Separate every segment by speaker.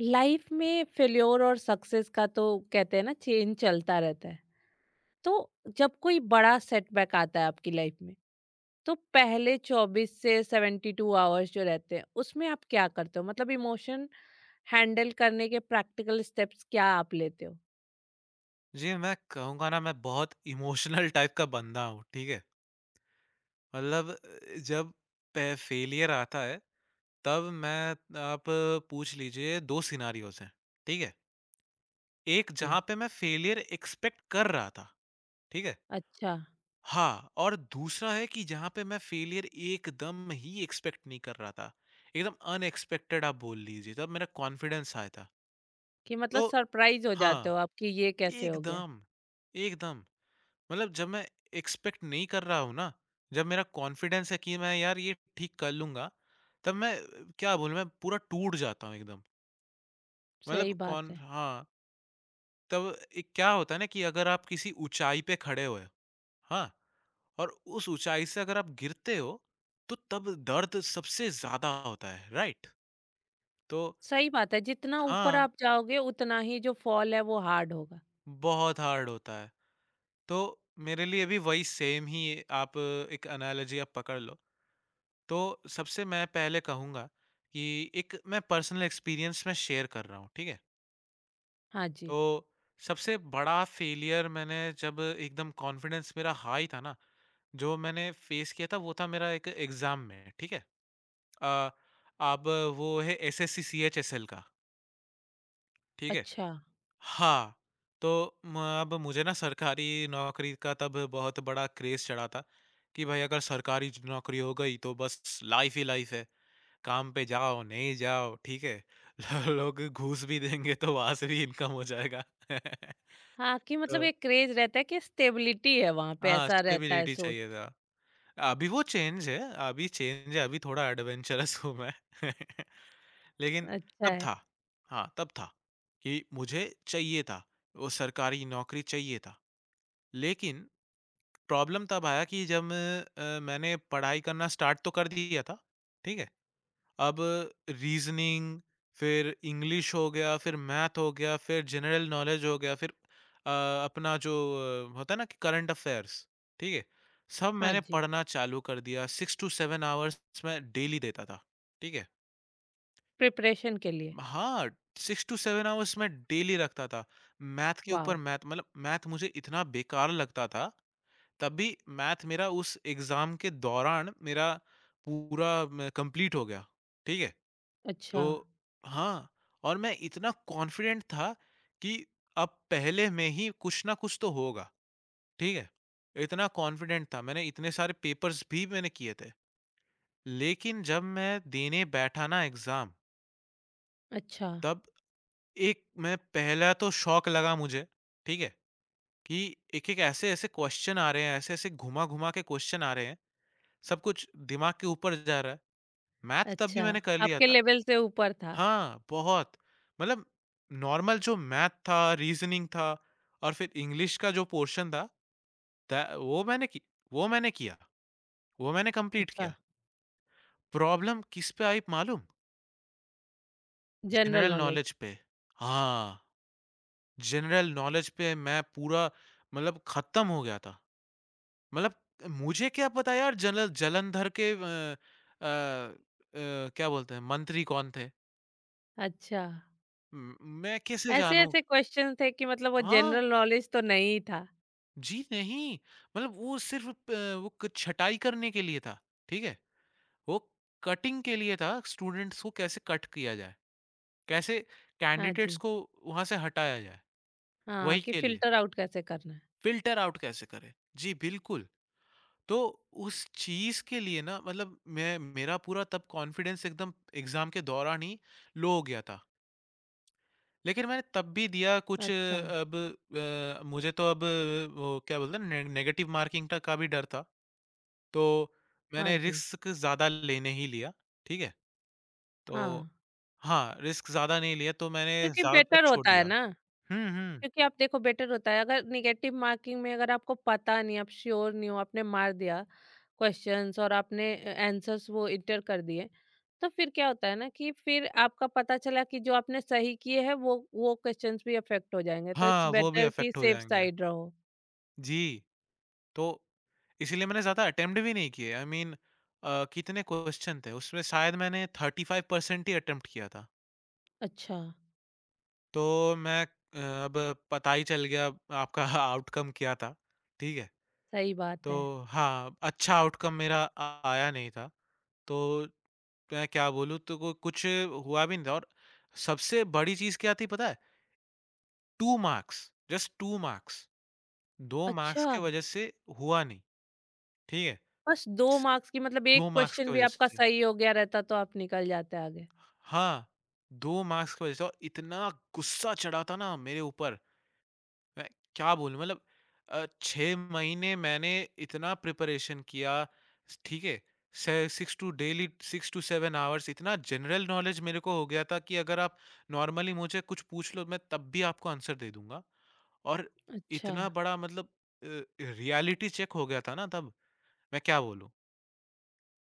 Speaker 1: Life में failure और success का तो कहते हैं ना, चेन चलता रहता है। तो जब कोई बड़ा सेटबैक आता है आपकी लाइफ में, तो पहले 24 से 72 आवर्स जो रहते हैं उसमें आप क्या करते हो? मतलब इमोशन हैंडल करने के प्रैक्टिकल स्टेप्स क्या आप लेते हो?
Speaker 2: जी, मैं कहूँगा ना मैं बहुत इमोशनल टाइप का बंदा हूँ, ठीक है? मतलब जब पे फेलियर आता है तब मैं आप पूछ लीजिए 2 सिनेरियोज़ हैं, ठीक है? एक
Speaker 1: जी।
Speaker 2: जहाँ पे मैं फेलियर एक्सपेक्ट कर रहा था, ठीक है?
Speaker 1: अच्छा।
Speaker 2: हाँ, और दूसरा है कि जहाँ पे मैं फेलियर एकदम ही एक्सपेक्ट नहीं कर रहा था। एकदम अनएक्सपेक्टेड आप बोल लीजिए, तब मेरा कॉन्फिडेंस आया था।
Speaker 1: कि मतलब
Speaker 2: तो
Speaker 1: सरप्राइज हो जाते
Speaker 2: हाँ,
Speaker 1: हो आप कि ये कैसे हो गया?
Speaker 2: एकदम, एकदम। मतलब जब मैं एक्सपेक्ट नहीं कर रहा हूँ ना, जब मेरा कॉन्फिडेंस है कि मैं यार ये ठीक कर लूँगा, तब मैं क्या बोलूँ मैं पूरा टूट जाता हूँ एकदम।
Speaker 1: सही
Speaker 2: मतलब
Speaker 1: बात
Speaker 2: कौन
Speaker 1: है।
Speaker 2: हाँ, तब एक क्या होता है ना कि अगर आप किसी ऊँचाई पे खड़े हुए, हाँ? और उस ऊँचाई से अगर आप गिरते हो, तो तब दर्द सबसे ज़्यादा होता है, राइट? तो
Speaker 1: सही बात है, जितना ऊपर
Speaker 2: हाँ,
Speaker 1: आप जाओगे उतना ही जो फॉल है वो हार्ड होगा।
Speaker 2: बहुत हार्ड होता है। तो मेरे लिए भी वही सेम ही आप एक एनालॉजी आप पकड़ लो। तो सबसे मैं पहले कहूँगा कि एक मैं पर्सनल एक्सपीरियंस मैं शेयर कर रहा हूँ, ठीक है?
Speaker 1: हाँ जी।
Speaker 2: तो सबसे बड़ा फेलियर मैंने जब एकदम कॉन्फिडेंस मेरा हाई था ना, जो मैंने फेस किया था वो था मेरा एक एग्ज़ाम में, ठीक है? अ, अब वो है SSC CHSL का, ठीक है?
Speaker 1: अच्छा।
Speaker 2: हाँ, तो म अब मुझे ना सरकारी नौकरी का तब बहुत बड़ा क्रेज़ चढ़ा था, कि भाई अगर सरकारी ज नौकरी हो गई तो बस लाइफ़ ही लाइफ़ है। काम पे जाओ, नहीं जाओ, ठीक है? लोग घूस भी देंगे तो वहाँ से भी इनकम हो जाएगा।
Speaker 1: हाँ, कि मतलब
Speaker 2: तो
Speaker 1: एक क्रेज़ रहता है कि स्टेबिलिटी है वहाँ पे,
Speaker 2: हाँ,
Speaker 1: ऐसा रहता है
Speaker 2: स्टेबिलिटी
Speaker 1: सोच।
Speaker 2: चाहिए था। अभी वो चेंज है, अभी थोड़ा एडवेंचरस हूँ मैं। लेकिन
Speaker 1: अच्छा
Speaker 2: तब
Speaker 1: है।
Speaker 2: था हाँ, तब था कि मुझे चाहिए था, वो सरकारी नौकरी चाहिए था। लेकिन प्रॉब्लम तब आया कि जब मैंने पढ़ाई करना स्टार्ट तो कर दिया था, ठीक है? अब रीजनिंग फिर इंग्लिश हो गया, फिर मैथ हो गया, फिर जनरल नॉलेज हो गया, फिर अ, अपना जो होता है ना कि करंट अफेयर्स, ठीक है? सब
Speaker 1: हाँ
Speaker 2: मैंने
Speaker 1: जी,
Speaker 2: पढ़ना चालू कर दिया, 6 टू 7 आवर्स मैं डेली देता था, ठीक है?
Speaker 1: प्रिपरेशन के लिए।
Speaker 2: हाँ, 6 टू 7 आवर्स मैं डेली रखता था। मैथ के ऊपर
Speaker 1: वॉव!
Speaker 2: मैथ मतलब मैथ मुझे इतना बेकार लगता था, तब भी मैथ मेरा उस एग्ज़ाम के दौरान मेरा पूरा म कंप्लीट हो गया, ठीक है?
Speaker 1: अच्छा।
Speaker 2: तो हाँ, और मैं इतना कॉन्फिडेंट था कि अब पहले में ही कुछ ना कुछ तो होगा, ठीक है? इतना कॉन्फिडेंट था, मैंने इतने सारे पेपर्स भी मैंने किए थे। लेकिन जब मैं देने बैठा ना एग्ज़ाम,
Speaker 1: अच्छा।
Speaker 2: तब एक मैं पहला तो शॉक लगा मुझे, ठीक है? कि एक-एक ऐसे-ऐसे क्वेश्चन आ रहे हैं, ऐसे-ऐसे घुमा-घुमा के क्वेश्चन आ रहे हैं, सब कुछ दिमाग के ऊपर जा रहा है। मैथ तब भी
Speaker 1: अच्छा।
Speaker 2: मैंने कर लिया
Speaker 1: आपके
Speaker 2: था।
Speaker 1: लेवल से ऊपर था।
Speaker 2: हाँ, बहुत। मतलब नॉर्मल जो मैथ था, रीज़निंग था और फिर इंग्लिश का जो पोर्शन था, द वो मैंने की वो मैंने किया, वो मैंने कंप्लीट
Speaker 1: अच्छा,
Speaker 2: किया। प्रॉब्लम किस पे आई मालूम?
Speaker 1: General
Speaker 2: general
Speaker 1: knowledge.
Speaker 2: नॉलेज पे। हाँ, जनरल नॉलेज पे मैं पूरा मतलब खत्म हो गया था। मतलब मुझे क्या पता यार जनल जालंधर के अ अ, क्या बोलते हैं मंत्री कौन थे?
Speaker 1: अच्छा,
Speaker 2: म मैं कैसे जानूँ?
Speaker 1: ऐसे-ऐसे क्वेश्चन थे कि मतलब वो
Speaker 2: हाँ।
Speaker 1: जनरल नॉलेज तो नहीं था।
Speaker 2: जी नहीं, मतलब वो सिर्फ़ प वो क छटाई करने के लिए था, ठीक है? वो कटिंग के लिए था, स्टूडेंट्स को कैसे कट किया जाए, कैसे
Speaker 1: हाँ
Speaker 2: कैंडिडेट्स
Speaker 1: जी,
Speaker 2: को वहाँ से हटाया जाए,
Speaker 1: हाँ,
Speaker 2: वही
Speaker 1: कि
Speaker 2: के लिए,
Speaker 1: फ़िल्टर आउट कैसे करना है।
Speaker 2: फ़िल्टर आउट कैसे करें। जी, बिल्कुल। तो उस चीज़ के लिए ना मतलब मैं मेरा पूरा तब कॉन्फिडेंस एकदम एग्ज़ाम के दौरान ही लो हो गया था। लेकिन मैंने तब भी दिया कुछ
Speaker 1: अच्छा।
Speaker 2: अब मुझे तो अब वो क्या बोलते हैं ने नेगेटिव मार्किंग ट का भी डर था। तो
Speaker 1: हाँ
Speaker 2: मैंने
Speaker 1: जी।
Speaker 2: रिस्क ज़्यादा लेने ही लिया, ठीक है? तो
Speaker 1: हाँ।
Speaker 2: हाँ, रिस्क ज़्यादा नहीं लिया तो मैंने
Speaker 1: क्योंकि
Speaker 2: ज़्यादातर
Speaker 1: बेटर
Speaker 2: छोड़
Speaker 1: होता है
Speaker 2: दिया।
Speaker 1: ना।
Speaker 2: हुँ, हुँ।
Speaker 1: क्योंकि आप देखो बेटर होता है, अगर निगेटिव मार्किंग में अगर आपको पता नहीं, आप श्योर नहीं हो, आपने मार दिया क्वेश्चंस और आपने आंसर्स वो इंटर कर दिए, तो फिर क्या होता है ना कि फिर आपका पता चला कि जो आपने सही किए हैं वो क्वेश्चंस भी अफेक्ट हो जाएंगे। तो इट्स
Speaker 2: हाँ, वो भी
Speaker 1: बेटर कि
Speaker 2: अफ़ेक्ट हो
Speaker 1: सेफ
Speaker 2: जाएँगे।
Speaker 1: साइड रहो।
Speaker 2: जी, तो इसीलिए मैंने ज़्यादा अटेम्प्ट भी नहीं किए आई मीन कितने क्वेश्चन थे उसमें शायद मैंने 35% ही अटेम्प्ट किया था।
Speaker 1: अच्छा।
Speaker 2: तो मैं अब पता ही चल गया आपका आउटकम क्या था, ठीक है?
Speaker 1: सही बात
Speaker 2: तो
Speaker 1: है।
Speaker 2: हाँ, अच्छा आउटकम मेरा आया नहीं था। तो मैं क्या बोलूँ तो को कुछ हुआ भी नहीं था और सबसे बड़ी चीज़ क्या थी पता है? 2 मार्क्स, जस्ट 2 मार्क्स, 2 मार्क्स
Speaker 1: अच्छा।
Speaker 2: की वज़ह से हुआ नहीं, ठीक है?
Speaker 1: बस दो मार्क्स की मतलब
Speaker 2: 2
Speaker 1: एक
Speaker 2: मार्क्स की
Speaker 1: क्वेश्चन भी
Speaker 2: वज़ह
Speaker 1: आपका
Speaker 2: से
Speaker 1: सही हो गया रहता तो आप निकल जाते आगे।
Speaker 2: हाँ, 2 मार्क्स की वज़ह से और इतना गुस्सा चढ़ा था ना मेरे ऊपर मैं क्या बोलूँ मतलब 6 महीने मैंने इतना प्रिपरेशन किया ठीक है। से 6 टू डेली 6 टू 7 आवर्स इतना जनरल नॉलेज मेरे को हो गया था कि अगर आप नॉर्मली मुझे कुछ पूछ लो मैं तब भी आपको आंसर दे दूँगा और
Speaker 1: अच्छा।
Speaker 2: इतना बड़ा मतलब अ, रियलिटी चेक हो गया था ना तब, मैं क्या बोलूँ।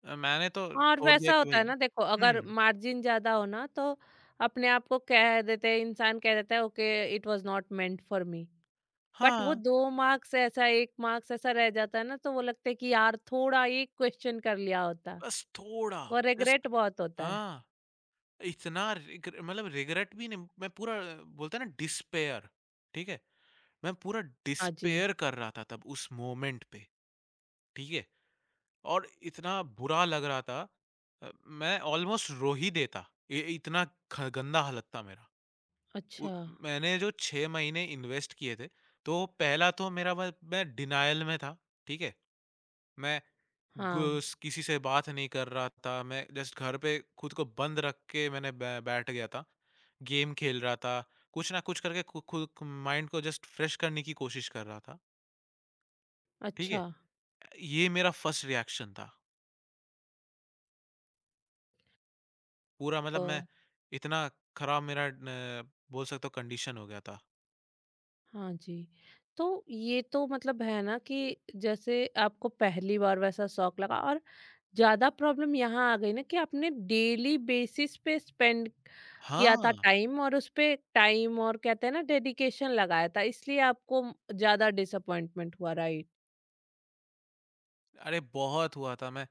Speaker 2: मैंने तो
Speaker 1: और
Speaker 2: छोड़ दिया
Speaker 1: वैसा
Speaker 2: कि
Speaker 1: होता है
Speaker 2: भई
Speaker 1: ना, देखो
Speaker 2: हुँ,
Speaker 1: अगर मार्जिन ज्यादा हो ना तो अपने आप को कह देते हैं, इंसान कह देता है okay, it was not meant for me. But वो
Speaker 2: हाँ,
Speaker 1: दो मार्क्स ऐसा, एक मार्क्स ऐसा रह जाता है ना, तो वो लगता है कि यार थोड़ा एक क्वेश्चन कर लिया होता।
Speaker 2: बस थोड़ा
Speaker 1: वो
Speaker 2: जस्ट
Speaker 1: रिग्रेट बहुत होता है।
Speaker 2: हाँ। इतना रिग्र मतलब रिग्रेट भी नहीं मैं पूरा बोलते हैं ना डिस्पेयर ठीक है मैं पूरा
Speaker 1: हाँ जी।
Speaker 2: डिस्पेयर कर रहा था तब उस मोमेंट पे ठीक है और इतना बुरा लग रहा था मैं ऑलमोस्ट रो ही देता इतना गंदा हालत था मेरा उ-
Speaker 1: अच्छा।
Speaker 2: मैंने जो 6 महीने इन्वेस्ट किए थे तो पहला तो मेरा मैं डिनायल में था ठीक है मैं
Speaker 1: हाँ।
Speaker 2: किसी से बात नहीं कर रहा था मैं जस्ट घर पे खुद को बंद रख के मैंने बैठ गया था गेम खेल रहा था, कुछ ना कुछ करके खु खुद माइंड को जस्ट फ्रेश करने की कोशिश कर रहा था, ठीक है?
Speaker 1: अच्छा।
Speaker 2: ये मेरा फर्स्ट रिएक्शन था, पूरा मतलब
Speaker 1: तो
Speaker 2: मैं इतना खराब मेरा न बोल सकता हूँ कंडीशन हो गया था।
Speaker 1: हाँ जी। तो ये तो मतलब है ना कि जैसे आपको पहली बार वैसा शौक लगा, और ज़्यादा प्रॉब्लम यहाँ आ गई ना कि आपने डेली बेसिस पे स्पेंड किया था
Speaker 2: हाँ,
Speaker 1: टाइम, और उस पे टाइम और कहते हैं ना डेडिकेशन लगाया था, इसलिए आपको ज़्यादा डिसअपॉइंटमेंट हुआ, राइट?
Speaker 2: अरे बहुत हुआ था मैं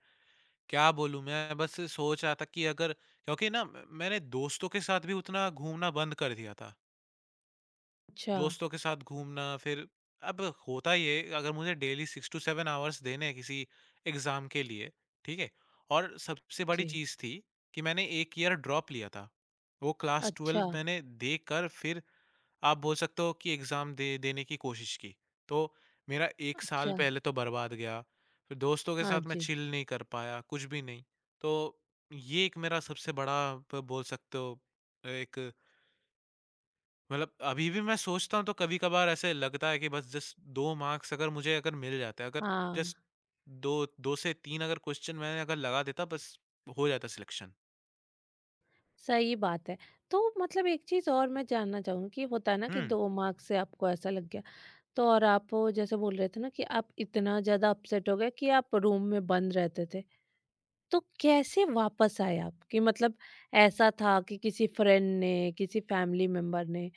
Speaker 2: क्या बोलूँ मैं बस सोच रहा था कि अगर क्योंकि ना मैंने दोस्तों के साथ भी उतना घूमना बंद कर दिया था।
Speaker 1: अच्छा।
Speaker 2: दोस्तों के साथ घूमना फिर अब होता ये है, अगर मुझे डेली 6 टू 7 आवर्स देने हैं किसी एग्ज़ाम के लिए, ठीक है? और सबसे बड़ी
Speaker 1: जी।
Speaker 2: चीज़ थी कि मैंने 1 ईयर ड्रॉप लिया था। वो क्लास
Speaker 1: अच्छा।
Speaker 2: 12 मैंने देकर फिर आप बोल सकते हो कि एग्ज़ाम दे देने की कोशिश की। तो मेरा 1 साल
Speaker 1: अच्छा।
Speaker 2: पहले तो बर्बाद गया, फिर दोस्तों के
Speaker 1: हाँ
Speaker 2: साथ मैं
Speaker 1: जी।
Speaker 2: चिल नहीं कर पाया, कुछ भी नहीं। तो ये एक मेरा सबसे बड़ा ब बोल सकते हो एक मतलब अभी भी मैं सोचता हूँ तो कभी-कभार ऐसे लगता है कि बस जस्ट 2 मार्क्स अगर मुझे अगर मिल जाते हैं, अगर
Speaker 1: हाँ।
Speaker 2: जस्ट 2 2 से 3 अगर क्वेश्चन मैंने अगर लगा देता बस हो जाता सिलेक्शन।
Speaker 1: सही बात है। तो मतलब एक चीज़ और मैं जानना चाहूंगी कि होता है ना
Speaker 2: हुँ।
Speaker 1: कि दो मार्क्स से आपको ऐसा लग गया, तो और आप वो जैसे बोल रहे थे ना कि आप इतना ज़्यादा अपसेट हो गए कि आप रूम में बंद रहते थे, तो कैसे वापस आए आप? कि मतलब ऐसा था कि किसी फ्रेंड ने, किसी फैमिली मेंबर ने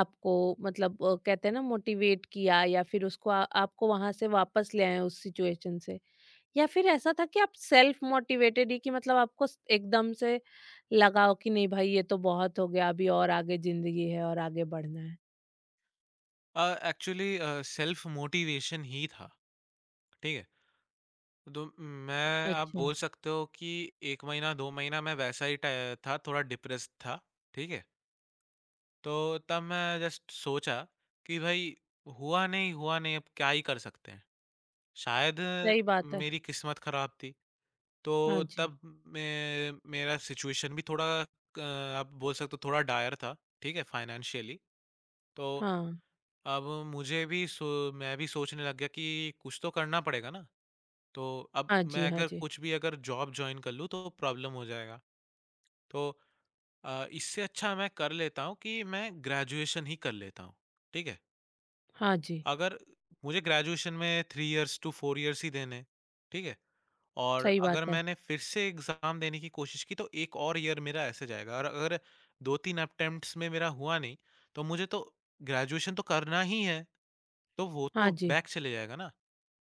Speaker 1: आपको मतलब कहते हैं ना मोटिवेट किया, या फिर उसको आपको वहां से वापस ले आए उस सिचुएशन से? या फिर ऐसा था कि आप सेल्फ मोटिवेटेड ही, कि मतलब आपको एकदम से लगाओ कि नहीं भाई ये तो बहुत हो गया, अभी और आगे जिंदगी है और आगे बढ़ना है?
Speaker 2: अ, एक्चुअली सेल्फ मोटिवेशन ही था। ठीक है? तो मैं आप
Speaker 1: अच्छा,
Speaker 2: बोल सकते हो कि 1 महीना 2 महीना मैं वैसा ही ट था, थोड़ा डिप्रेस्ड था। ठीक है? तो तब मैं जस्ट सोचा कि भाई हुआ नहीं अब क्या ही कर सकते हैं। शायद
Speaker 1: सही बात है।
Speaker 2: मेरी किस्मत खराब थी। तो
Speaker 1: हाँ जी।
Speaker 2: तब मैं मेरा सिचुएशन भी थोड़ा क आप बोल सकते हो थोड़ा डायर था, ठीक है? फाइनेंशियली। तो
Speaker 1: हाँ।
Speaker 2: अब मुझे भी मैं भी सोचने लग गया कि कुछ तो करना पड़ेगा ना। तो अब
Speaker 1: हाँ
Speaker 2: मैं
Speaker 1: जी, हाँ
Speaker 2: अगर
Speaker 1: जी।
Speaker 2: कुछ भी अगर जॉब जॉइन कर लूँ तो प्रॉब्लम हो जाएगा। तो इससे अच्छा मैं कर लेता हूँ कि मैं ग्रेजुएशन ही कर लेता हूँ, ठीक है?
Speaker 1: हाँ जी,
Speaker 2: अगर मुझे ग्रेजुएशन में 3 इयर्स टू 4 इयर्स ही देने हैं, ठीक है? और
Speaker 1: सही बात
Speaker 2: अगर
Speaker 1: है।
Speaker 2: मैंने फिर से एग्ज़ाम देने की कोशिश की तो 1 और ईयर मेरा ऐसे जाएगा और अगर 2-3 अटेम्प्ट्स में मेरा हुआ नहीं, तो मुझे तो ग्रेजुएशन तो करना ही है, तो वो
Speaker 1: हाँ
Speaker 2: तो
Speaker 1: जी।
Speaker 2: बैक चले जाएगा ना।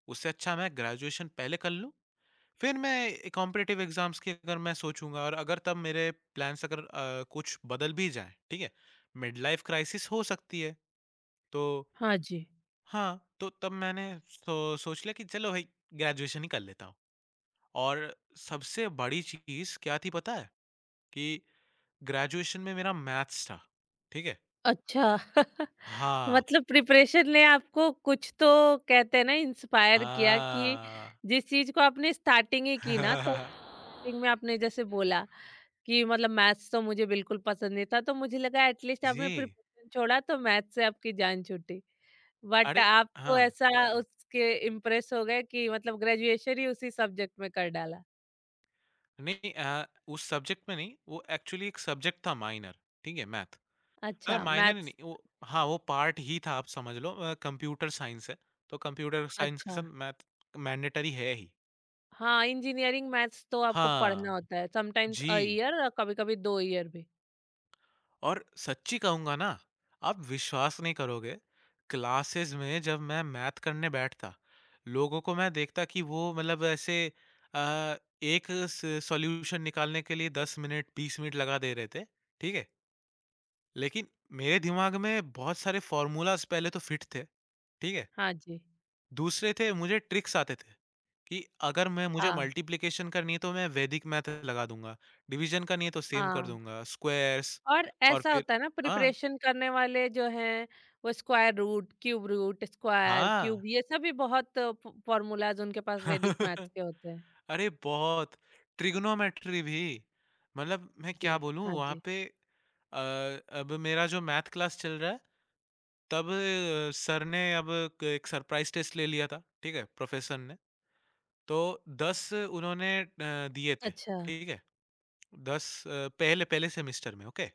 Speaker 2: उससे अच्छा मैं ग्रेजुएशन पहले कर लूँ, फिर मैं कॉम्पिटिटिव एग्ज़ाम्स की अगर मैं सोचूँगा और अगर तब मेरे प्लान्स अगर कुछ बदल भी जाएँ, ठीक है? मिड लाइफ़ क्राइसिस हो सकती है, तो
Speaker 1: हाँ जी।
Speaker 2: हाँ, तो तब मैंने सोच लिया कि चलो भई ग्रेजुएशन ही कर लेता हूँ। और सबसे बड़ी चीज़ क्या थी पता है? कि ग्रेजुएशन में मेरा मैथ्स था। ठीक है?
Speaker 1: अच्छा।
Speaker 2: हाँ,
Speaker 1: मतलब प्रिपरेशन ने आपको कुछ तो कहते हैं ना इंस्पायर किया, कि
Speaker 2: हाँ।
Speaker 1: जिस चीज को आपने स्टार्टिंग ही की ना, तो स्टार्टिंग में आपने जैसे बोला कि मतलब मैथ्स तो मुझे बिल्कुल पसंद नहीं था, तो मुझे लगा एटलीस्ट आपने
Speaker 2: जी।
Speaker 1: प्रिपरेशन छोड़ा तो मैथ्स से आपकी जान छूटी। बट
Speaker 2: अरे
Speaker 1: आप तो
Speaker 2: हाँ।
Speaker 1: ऐसा उसके इम्प्रेस हो गए कि मतलब ग्रेजुएशन ही उसी सब्जेक्ट में कर डाला।
Speaker 2: नहीं उस सब्जेक्ट में नहीं, वो एक्चुअली एक सब्जेक्ट था माइनर, ठीक है? मैथ।
Speaker 1: अच्छा,
Speaker 2: माइनर ही नहीं,
Speaker 1: मैथ्स।
Speaker 2: वो हाँ, वो पार्ट ही था आप समझ लो कंप्यूटर साइंस है, तो कंप्यूटर साइंस के
Speaker 1: अच्छा।
Speaker 2: साथ मैथ मैंडेटरी है ही।
Speaker 1: हाँ, इंजीनियरिंग मैथ्स तो आपको
Speaker 2: हाँ।
Speaker 1: पढ़ना होता है समटाइम्स अ
Speaker 2: जी।
Speaker 1: ईयर और कभी कभी दो ईयर भी।
Speaker 2: और सच्ची कहूँगा ना, आप विश्वास नहीं करोगे, क्लासेस में जब मैं मैथ करने बैठता, लोगों को मैं देखता कि वो मतलब ऐसे अ, एक स सॉल्यूशन निकालने के लिए 10 मिनट, 20 मिनट लगा दे रहे थे, ठीक है? लेकिन मेरे दिमाग में बहुत सारे फ़ॉर्मूलाज़ पहले तो फिट थे, ठीक है?
Speaker 1: हाँ जी,
Speaker 2: दूसरे थे मुझे ट्रिक्स आते थे कि अगर मैं मुझे
Speaker 1: हाँ,
Speaker 2: मल्टिप्लिकेशन करनी है तो मैं वैदिक मैथ लगा दूँगा, डिवीज़न करनी है तो सेम कर
Speaker 1: हाँ।
Speaker 2: दूँगा, स्क्वायर्स
Speaker 1: और
Speaker 2: और
Speaker 1: ऐसा
Speaker 2: फिर
Speaker 1: होता है ना,
Speaker 2: हाँ,
Speaker 1: प्रिपरेशन करने वाले जो हैं वो square root, cube root, square,
Speaker 2: हाँ।
Speaker 1: क्यूब, ये सभी बहुत फ फ़ॉर्मूलाज़ उनके पास वैदिक मैथ्स के होते हैं।
Speaker 2: अरे बहुत ट्रिग्नोमेट्री भी मतलब मैं
Speaker 1: जी,
Speaker 2: क्या बोलूं
Speaker 1: हाँ
Speaker 2: वहां
Speaker 1: जी।
Speaker 2: पे अब मेरा जो मैथ क्लास चल रहा है तब सर ने अब एक सरप्राइज टेस्ट ले लिया था ठीक है प्रोफेसर ने तो दस उन्होंने दिए थे
Speaker 1: अच्छा।
Speaker 2: ठीक है दस पहले पहले सेमेस्टर में ओके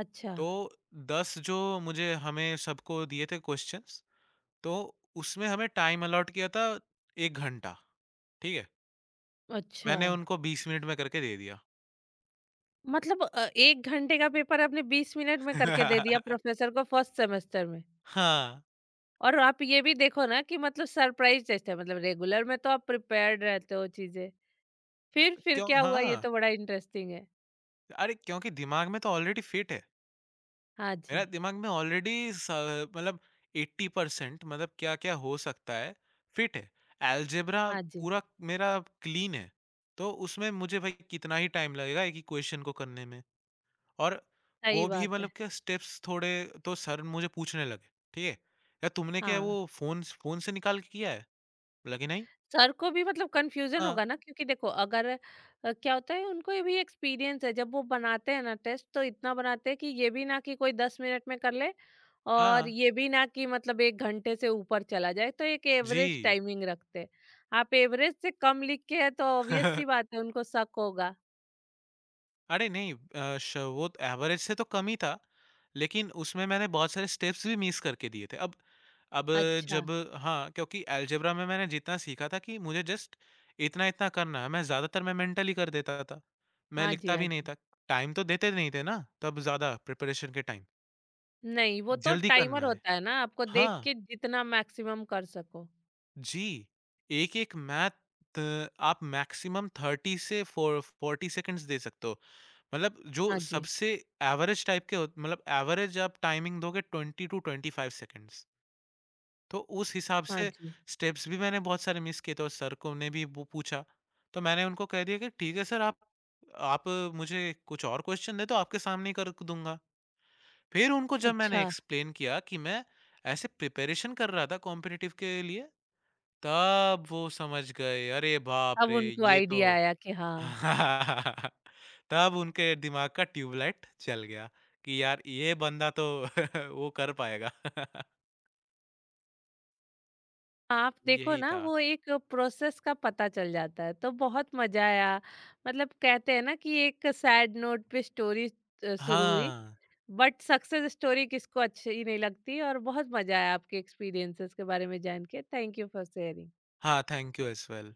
Speaker 1: अच्छा।
Speaker 2: तो दस जो मुझे हमें सबको दिए थे क्वेश्चंस तो उसमें हमें टाइम अलॉट किया था 1 घंटा ठीक है
Speaker 1: अच्छा।
Speaker 2: मैंने उनको 20 मिनट में करके दे दिया
Speaker 1: मतलब 1 घंटे का पेपर आपने 20 मिनट में करके दे दिया प्रोफ़ेसर को फर्स्ट सेमेस्टर में।
Speaker 2: हाँ,
Speaker 1: और आप ये भी देखो ना कि मतलब सरप्राइज़ टेस्ट है, मतलब रेगुलर में तो आप प्रिपेयर्ड रहते हो चीज़ें। फिर
Speaker 2: क्यों
Speaker 1: क्या हुआ, ये
Speaker 2: हाँ,
Speaker 1: तो बड़ा इंटरेस्टिंग है।
Speaker 2: अरे क्योंकि दिमाग में तो ऑलरेडी फिट है।
Speaker 1: हाँ
Speaker 2: मेरा
Speaker 1: जी।
Speaker 2: दिमाग में ऑलरेडी स मतलब 80% मतलब क्या-क्या हो सकता है, फिट है। अलजेब्रा
Speaker 1: हाँ जी,
Speaker 2: पूरा मेरा क्लीन है। तो उसमें मुझे भाई कितना ही टाइम लगेगा एक ही क्वेश्चन को करने में। और
Speaker 1: सही
Speaker 2: वो भी
Speaker 1: बात है।
Speaker 2: मतलब क्या स्टेप्स थोड़े तो सर मुझे पूछने लगे, ठीक है? "यार तुमने क्या
Speaker 1: हाँ,
Speaker 2: वो फ़ोन से निकाल के किया है?" बोला कि "नहीं।"
Speaker 1: सर को भी मतलब कन्फ्यूज़न
Speaker 2: "हाँ,
Speaker 1: होगा ना, क्योंकि देखो अगर क्या होता है, उनको ये भी एक्सपीरियंस है, जब वो बनाते हैं ना टेस्ट तो इतना बनाते हैं कि ये भी ना कि कोई 10 मिनट में कर ले, और
Speaker 2: हाँ,
Speaker 1: ये भी ना कि मतलब 1 घंटे से ऊपर चला जाए, तो एक एवरेज
Speaker 2: जी।"
Speaker 1: टाइमिंग रखते हैं। आप एवरेज से कम लिख के हैं तो ऑब्वियस सी बात है उनको शक होगा।
Speaker 2: अरे नहीं श वो तो एवरेज से तो कम ही था, लेकिन उसमें मैंने बहुत सारे स्टेप्स भी मिस करके दिए थे। अब
Speaker 1: अच्छा।
Speaker 2: जब हाँ, क्योंकि अलजेब्रा में मैंने जितना सीखा था कि मुझे जस्ट इतना-इतना करना है, मैं ज़्यादातर मैं मेंटली कर देता था। मैं
Speaker 1: हाँ जी।
Speaker 2: लिखता
Speaker 1: हाँ
Speaker 2: भी नहीं
Speaker 1: जी।
Speaker 2: था। टाइम तो देते नहीं थे ना तब ज़्यादा प्रिपरेशन के टाइम,
Speaker 1: नहीं, वो तो
Speaker 2: जल्दी
Speaker 1: टाइमर
Speaker 2: करना है।
Speaker 1: होता है ना आपको देख
Speaker 2: हाँ।
Speaker 1: के जितना मैक्सिमम कर सको।
Speaker 2: जी, एक-एक मैथ आप मैक्सिमम 30 से फॉ 40 सेकंड्स दे सकते हो। मतलब जो
Speaker 1: हाँ जी,
Speaker 2: सबसे एवरेज टाइप के हो मतलब एवरेज आप टाइमिंग दोगे 20 टू 25 सेकंड्स। तो उस हिसाब
Speaker 1: हाँ
Speaker 2: से
Speaker 1: जी।
Speaker 2: स्टेप्स भी मैंने बहुत सारे मिस किए थे और सर को ने भी वो पूछा। तो मैंने उनको कह दिया कि ठीक है सर आप मुझे कुछ और क्वेश्चन दे दो आपके सामने ही कर दूँगा। फिर उनको जब मैंने
Speaker 1: अच्छा।
Speaker 2: एक्सप्लेन किया कि मैं ऐसे प्रिपरेशन कर रहा था कॉम्पिटिटिव के लिए तब वो समझ गए, अरे बाप
Speaker 1: अब
Speaker 2: रे!
Speaker 1: उनको
Speaker 2: ये
Speaker 1: आइडिया
Speaker 2: तो
Speaker 1: आया कि हाँ।
Speaker 2: तब उनके दिमाग का ट्यूबलाइट जल गया कि यार ये बंदा तो वो कर पाएगा।
Speaker 1: आप देखो
Speaker 2: यही
Speaker 1: ना
Speaker 2: था।
Speaker 1: वो एक प्रोसेस का पता चल जाता है तो बहुत मजा आया। मतलब कहते हैं ना कि एक सैड नोट पे स्टोरी शुरू हुई,
Speaker 2: हाँ।
Speaker 1: बट सक्सेस स्टोरी किसको अच्छी नहीं लगती, और बहुत मजा आया आपके एक्सपीरियंसेस के बारे में जान के। Thank you for sharing.
Speaker 2: हाँ, थैंक यू एज़ वेल।